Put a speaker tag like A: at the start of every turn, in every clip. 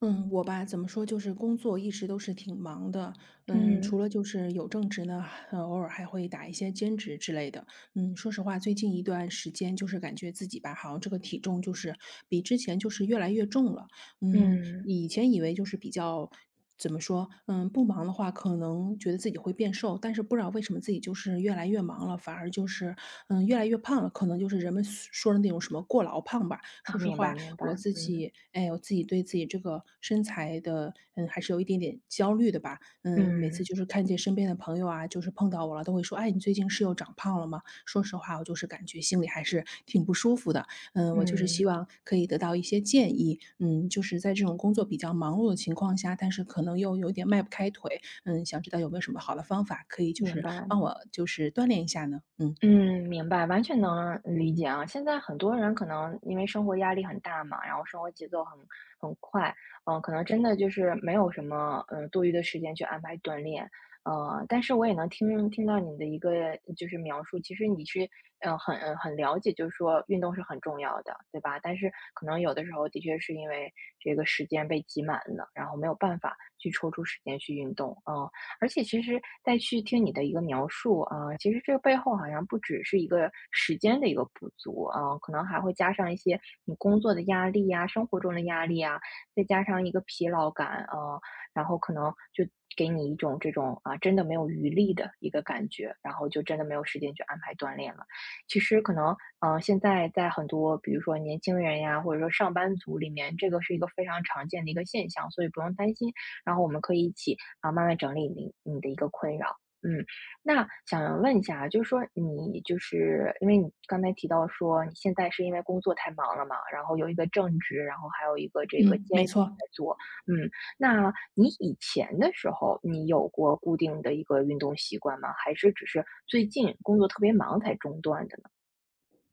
A: 嗯，我吧，怎么说，就是工作一直都是挺忙的，除
B: 嗯，
A: 了就是有正职呢，偶尔还会打一些兼职之类的。说实话，最近一段时间就是感觉自己吧，好像这个体重就是比之前就是越来越重了。
B: 嗯，
A: 以前以为就是比较怎么说，不忙的话，可能觉得自己会变瘦，但是不知道为什么自己就是越来越忙了，反而就是越来越胖了，可能就是人们所说的那种什么过劳胖吧。
B: 啊，
A: 说实
B: 明
A: 话，
B: 白明白，嗯，
A: 我自己对自己这个身材的，还是有一点点焦虑的吧。嗯，每次
B: 嗯，
A: 就是看见身边的朋友啊，就是碰到我了，都会说，哎，你最近是又长胖了吗？说实话，我就是感觉心里还是挺不舒服的。我就是希
B: 嗯，
A: 望可以得到一些建议，就是在这种工作比较忙碌的情况下，但是可能又有点迈不开腿，想知道有没有什么好的方法可以就
B: 明
A: 是
B: 白。
A: 帮我就是锻炼一下呢？嗯。
B: 嗯，明白，完全能理解啊。现在很多人可能因为生活压力很大嘛，然后生活节奏很快，可能真的就是没有什么多余的时间去安排锻炼。但是我也能听到你的一个就是描述，其实你是很了解，就是说运动是很重要的，对吧？但是可能有的时候的确是因为这个时间被挤满了，然后没有办法去抽出时间去运动。嗯、而且其实再去听你的一个描述啊。其实这个背后好像不只是一个时间的一个不足啊。可能还会加上一些你工作的压力呀、生活中的压力呀，再加上一个疲劳感啊。然后可能就给你一种这种啊，真的没有余力的一个感觉，然后就真的没有时间去安排锻炼了。其实可能，现在在很多比如说年轻人呀，或者说上班族里面，这个是一个非常常见的一个现象，所以不用担心。然后我们可以一起啊，慢慢整理你的一个困扰。嗯，那想问一下啊，就是说你就是因为你刚才提到说你现在是因为工作太忙了嘛，然后有一个正职，然后还有一个这
A: 嗯，
B: 个兼
A: 没
B: 职
A: 错。
B: 在做。嗯，那你以前的时候，你有过固定的一个运动习惯吗？还是只是最近工作特别忙才中断的呢？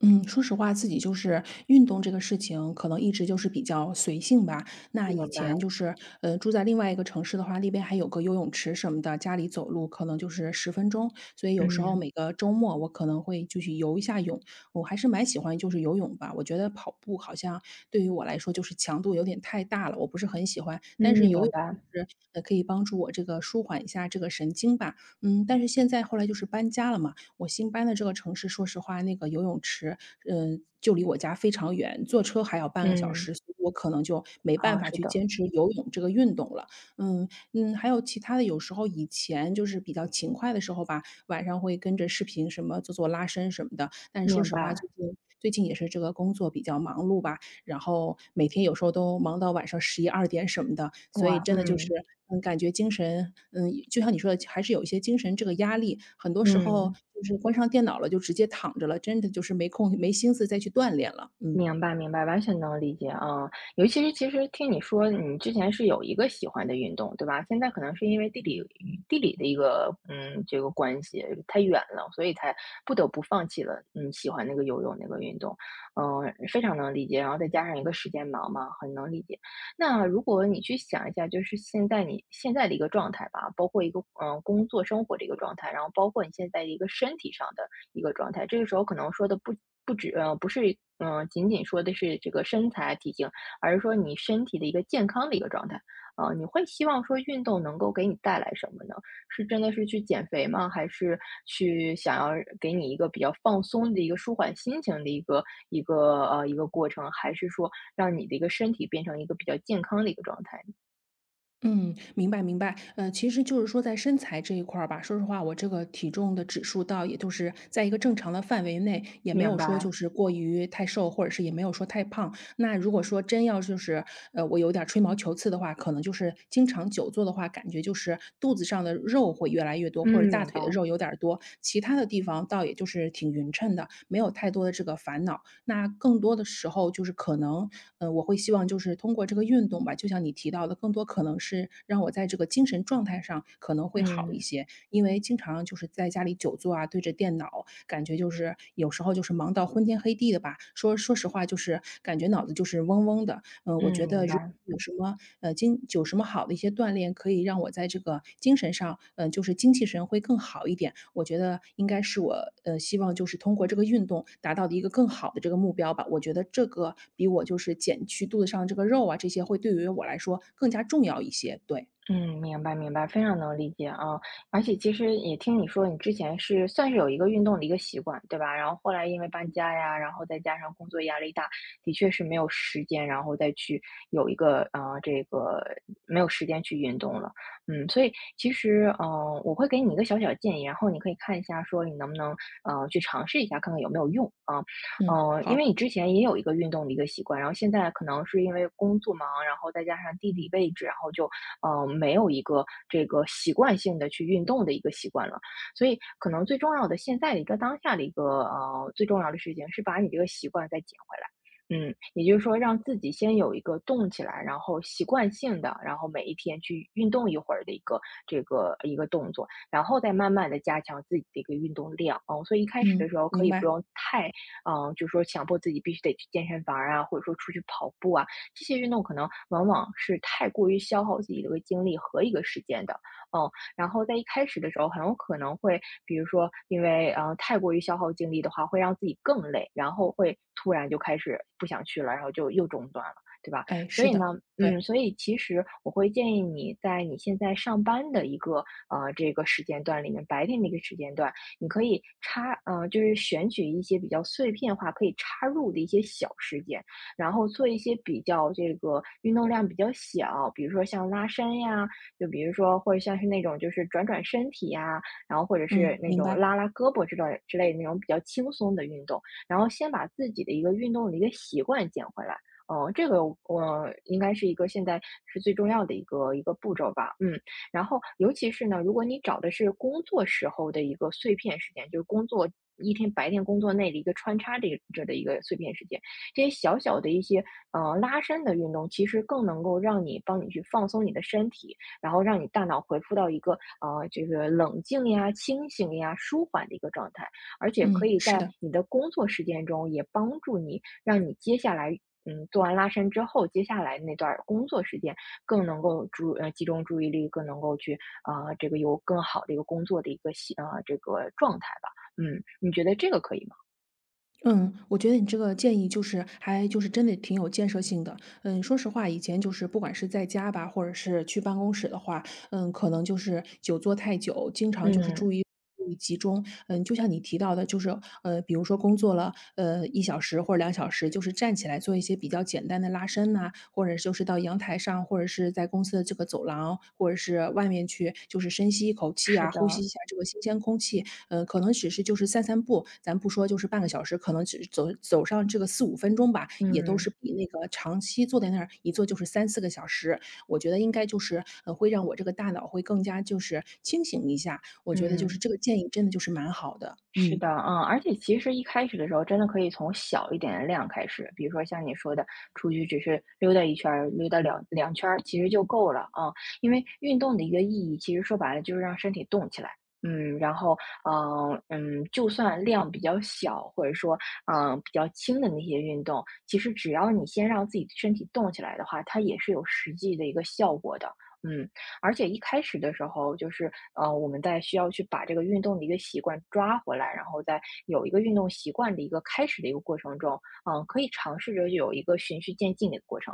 A: 嗯，说实话，自己就是运动这个事情，可能一直就是比较随性吧。那
B: 明
A: 以
B: 白，
A: 前就是，住在另外一个城市的话，那边还有个游泳池什么的，家里走路可能就是十分钟。所以有时候
B: 嗯
A: 每个周末我可能会就去游一下泳，我还是蛮喜欢就是游泳吧。我觉得跑步好像对于我来说就是强度有点太大了，我不是很喜欢。
B: 嗯，
A: 但是游
B: 明
A: 泳
B: 白，
A: 是可以帮助我这个舒缓一下这个神经吧。但是现在后来就是搬家了嘛，我新搬的这个城市，说实话，那个游泳池，就离我家非常远，坐车还要半个小
B: 嗯，
A: 时，所以我可能就没办
B: 好，
A: 法
B: 是
A: 去
B: 的，
A: 坚持游泳这个运动了。嗯还有其他的，有时候以前就是比较勤快的时候吧，晚上会跟着视频什么做做拉伸什么的。但是说
B: 明
A: 实话，最
B: 白，
A: 近最近也是这个工作比较忙碌吧，然后每天有时候都忙到晚上11、12点什么的，所以
B: 哇，
A: 真的就是，
B: 嗯
A: 感觉精神,就像你说的还是有一些精神这个压力，很多时候
B: 嗯。
A: 就是关上电脑了，就直接躺着了，真的就是没空没心思再去锻炼了，
B: 明白明白，完全能理解啊。尤其是其实听你说你之前是有一个喜欢的运动，对吧？现在可能是因为地理的一个嗯这个关系太远了，所以才不得不放弃了嗯，喜欢那个游泳那个运动。嗯，非常能理解。然后再加上一个时间忙嘛，很能理解。那如果你去想一下，就是现在你现在的一个状态吧，包括一个嗯工作生活的一个状态，然后包括你现在一个身体上的一个状态。这个时候可能说的不是仅仅说的是这个身材体型，而是说你身体的一个健康的一个状态。呃，你会希望说运动能够给你带来什么呢？是真的是去减肥吗？还是去想要给你一个比较放松的一个舒缓心情的一个一个过程？还是说让你的一个身体变成一个比较健康的一个状态？
A: 嗯，明白明白。其实就是说在身材这一块儿吧，说实话，我这个体重的指数倒也就是在一个正常的范围内，也没
B: 明
A: 有说就
B: 白，
A: 是过于太瘦，或者是也没有说太胖。那如果说真要就是我有点儿吹毛求疵的话，可能就是经常久坐的话，感觉就是肚子上的肉会越来越多，或者
B: 嗯，
A: 大
B: 明
A: 腿的
B: 白，
A: 肉有点儿多，其他的地方倒也就是挺匀称的，没有太多的这个烦恼。那更多的时候就是可能，我会希望就是通过这个运动吧，就像你提到的，更多可能是让我在这个精神状态上可能会好一
B: 嗯
A: 些。因为经常就是在家里久坐啊，对着电脑，感觉就是有时候就是忙到昏天黑地的吧。说实话，就是感觉脑子就是嗡嗡的，我
B: 嗯，
A: 觉得
B: 明
A: 如
B: 白。
A: 有什么呃，经有什么好的一些锻炼，可以让我在这个精神上，就是精气神会更好一点。我觉得应该是我，希望就是通过这个运动达到的一个更好的这个目标吧。我觉得这个比我就是减去肚子上这个肉啊，这些会对于我来说更加重要一些。对，
B: 嗯，明白明白，非常能理解啊。而且其实也听你说，你之前是算是有一个运动的一个习惯，对吧？然后后来因为搬家呀，然后再加上工作压力大，的确是没有时间，然后再去有一个这个，没有时间去运动了。嗯，所以其实我会给你一个小小建议，然后你可以看一下，说你能不能去尝试一下，看看有没有用啊。
A: 嗯
B: 呃，因为你之前也有一个运动的一个习惯，然后现在可能是因为工作忙，然后再加上地理位置，然后就没有一个这个习惯性的去运动的一个习惯了。所以可能最重要的现在的一个当下的一个，呃，最重要的事情是把你这个习惯再捡回来。嗯，也就是说让自己先有一个动起来，然后习惯性的，然后每一天去运动一会儿的一个这个一个动作，然后再慢慢的加强自己的一个运动量。嗯，所以一开始
A: 嗯，
B: 的时候可
A: 明
B: 以不
A: 白。
B: 用太，就是说强迫自己必须得去健身房啊，或者说出去跑步啊，这些运动可能往往是太过于消耗自己的一个精力和一个时间的。嗯，然后在一开始的时候，很有可能会，比如说因为太过于消耗精力的话，会让自己更累，然后会突然就开始不想去了，然后就又中断了，对吧？
A: 哎，
B: 所
A: 是
B: 以呢，
A: 的，对，
B: 所以其实我会建议你在你现在上班的一个这个时间段里面，白天的一个时间段，你可以就是选取一些比较碎片化可以插入的一些小时间，然后做一些比较这个运动量比较小，比如说像拉伸呀，就比如说或者像是那种就是转转身体呀，然后或者是
A: 嗯，
B: 那
A: 明
B: 种
A: 白，
B: 拉拉胳膊之类的那种比较轻松的运动，然后先把自己的一个运动的一个习惯建回来。嗯，这个应该是一个现在是最重要的一个步骤吧。嗯，然后尤其是呢，如果你找的是工作时候的一个碎片时间，就是工作一天白天工作内的一个穿插这的一个碎片时间。这些小小的一些拉伸的运动，其实更能够让你帮你去放松你的身体，然后让你大脑回复到一个这个冷静呀、清醒呀、舒缓的一个状态，而且可
A: 嗯，
B: 以
A: 是
B: 在
A: 的。
B: 你的工作时间中也帮助你，让你接下来。嗯，做完拉伸之后，接下来那段儿工作时间更能够集中注意力，更能够去啊、这个有更好的一个工作的一个这个状态吧。嗯，你觉得这个可以吗？
A: 嗯，我觉得你这个建议就是还就是真的挺有建设性的。嗯，说实话，以前就是不管是在家吧，或者是去办公室的话，可能就是久坐太久，经常就是注
B: 嗯，
A: 意力集中。就像你提到的，就是比如说工作了1小时或者2小时，就是站起来做一些比较简单的拉伸呐、或者就是到阳台上，或者是在公司的这个走廊，或者是外面去，就是深吸一口气
B: 是
A: 啊，呼吸
B: 的，
A: 一下这个新鲜空气，可能只是就是散散步，咱不说就是半个小时，可能只走走上这个4、5分钟吧，也都
B: 嗯。
A: 是比那个长期坐在那儿一坐就是3、4个小时。我觉得应该就是，会让我这个大脑会更加就是清醒一下，我觉得就是
B: 嗯，
A: 这个建议真的就是蛮好的。
B: 是
A: 嗯，
B: 的，嗯，而且其实一开始的时候，真的可以从小一点的量开始，比如说像你说的，出去只是溜达一圈儿，溜达两圈儿，其实就够了啊。嗯因为运动的一个意义，其实说白了就是让身体动起来。嗯，然后，就算量比较小，或者说，嗯，比较轻的那些运动，其实只要你先让自己身体动起来的话，它也是有实际的一个效果的。嗯，而且一开始的时候，就是我们在需要去把这个运动的一个习惯抓回来，然后在有一个运动习惯的一个开始的一个过程中，可以尝试着有一个循序渐进的一个过程。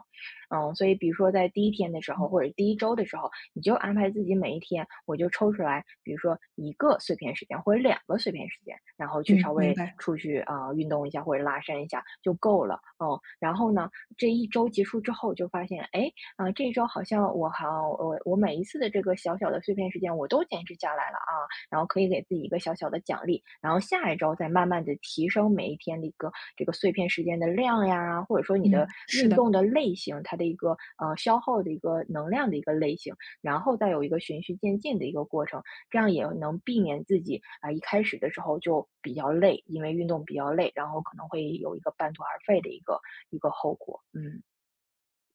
B: 嗯，所以比如说在第一天的时候，
A: 嗯。
B: 或者第一周的时候，你就安排自己每一天，我就抽出来，比如说一个碎片时间或者两个碎片时间，然后去
A: 嗯，
B: 稍
A: 明
B: 微
A: 白，
B: 出去啊、运动一下或者拉伸一下就够了。嗯，然后呢，这一周结束之后就发现，哎，啊，这一周好像我好，我我每一次的这个小小的碎片时间，我都坚持下来了啊，然后可以给自己一个小小的奖励，然后下一周再慢慢的提升每一天的一个这个碎片时间的量呀，或者说你
A: 嗯，
B: 的
A: 是
B: 运
A: 的。
B: 动的类型，它的一个消耗的一个能量的一个类型，然后再有一个循序渐进的一个过程，这样也能避免自己一开始的时候就比较累，因为运动比较累，然后可能会有一个半途而废的一个后果。嗯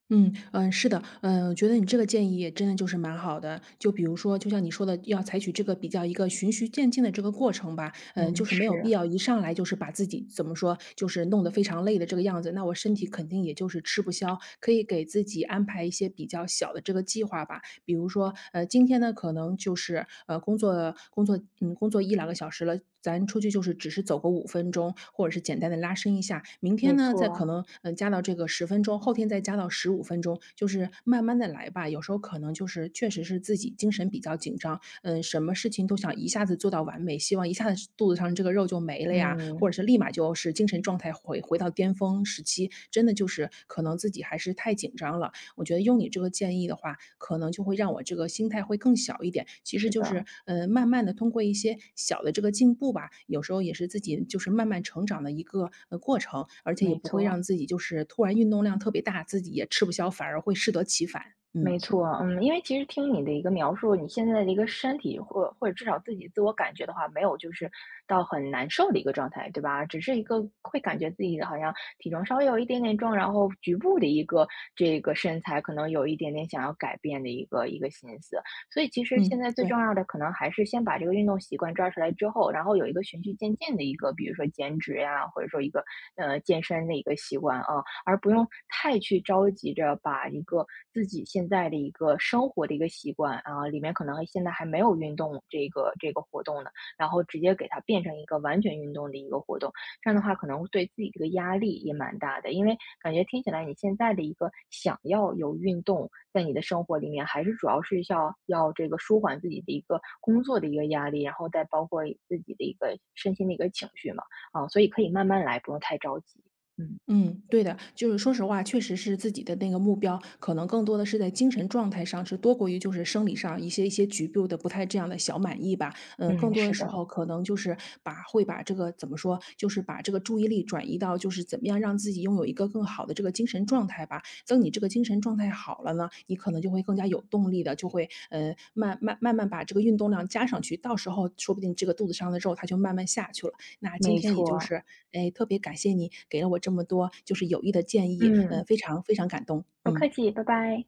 A: 嗯嗯，是的，嗯，我觉得你这个建议也真的就是蛮好的。就比如说，就像你说的，要采取这个比较一个循序渐进的这个过程吧。嗯，就
B: 嗯，
A: 是没有必
B: 是。
A: 要一上来就是把自己怎么说，就是弄得非常累的这个样子，那我身体肯定也就是吃不消。可以给自己安排一些比较小的这个计划吧。比如说，今天呢，可能就是，工作1、2个小时了，咱出去就是只是走个五分钟，或者是简单的拉伸一下。明天
B: 没
A: 呢，再可
B: 错，
A: 能，加到这个十分钟，后天再加到15分钟，就是慢慢的来吧。有时候可能就是确实是自己精神比较紧张，什么事情都想一下子做到完美，希望一下子肚子上这个肉就没了呀，或者
B: 嗯，
A: 是立马就是精神状态回到巅峰时期，真的就是可能自己还是太紧张了。我觉得用你这个建议的话，可能就会让我这个心态会更小一点。其实
B: 是
A: 就是，
B: 的，
A: 慢慢的通过一些小的这个进步吧，有时候也是自己就是慢慢成长的一个，过程，而且也
B: 没
A: 不会
B: 错，
A: 让自己就是突然运动量特别大，自己也吃不消，反而会适得其反。嗯。
B: 没错，嗯，因为其实听你的一个描述，你现在的一个身体或者至少自己自我感觉的话，没有就是到很难受的一个状态，对吧？只是一个会感觉自己好像体重稍微有一点点重，然后局部的一个这个身材可能有一点点想要改变的一个心思。所以其实现
A: 嗯，
B: 在最重
A: 对。
B: 要的可能还是先把这个运动习惯抓出来之后，然后有一个循序渐进的一个，比如说减脂呀，或者说一个健身的一个习惯啊。而不用太去着急着把一个自己现在的一个生活的一个习惯啊，里面可能现在还没有运动这个活动呢，然后直接给它变成一个完全运动的一个活动，这样的话可能对自己这个压力也蛮大的，因为感觉听起来你现在的一个想要有运动在你的生活里面，还是主要是要这个舒缓自己的一个工作的一个压力，然后再包括自己的一个身心的一个情绪嘛，啊，所以可以慢慢来，不用太着急。嗯
A: 嗯，对的，就是说实话，确实是自己的那个目标，可能更多的是在精神状态上，是多过于就是生理上一些局部的不太这样的小满意吧。嗯，更
B: 嗯，
A: 多的
B: 是
A: 时
B: 的。
A: 候可能就是把这个怎么说，就是把这个注意力转移到就是怎么样让自己拥有一个更好的这个精神状态吧。等你这个精神状态好了呢，你可能就会更加有动力的，就会慢慢慢慢把这个运动量加上去，到时候说不定这个肚子上的肉它就慢慢下去了。那今
B: 没
A: 天也就
B: 错，
A: 是，哎，特别感谢你给了我这么多就是有益的建议，
B: 嗯，
A: 非常非常感动，
B: 不客
A: 嗯。
B: 气，拜拜。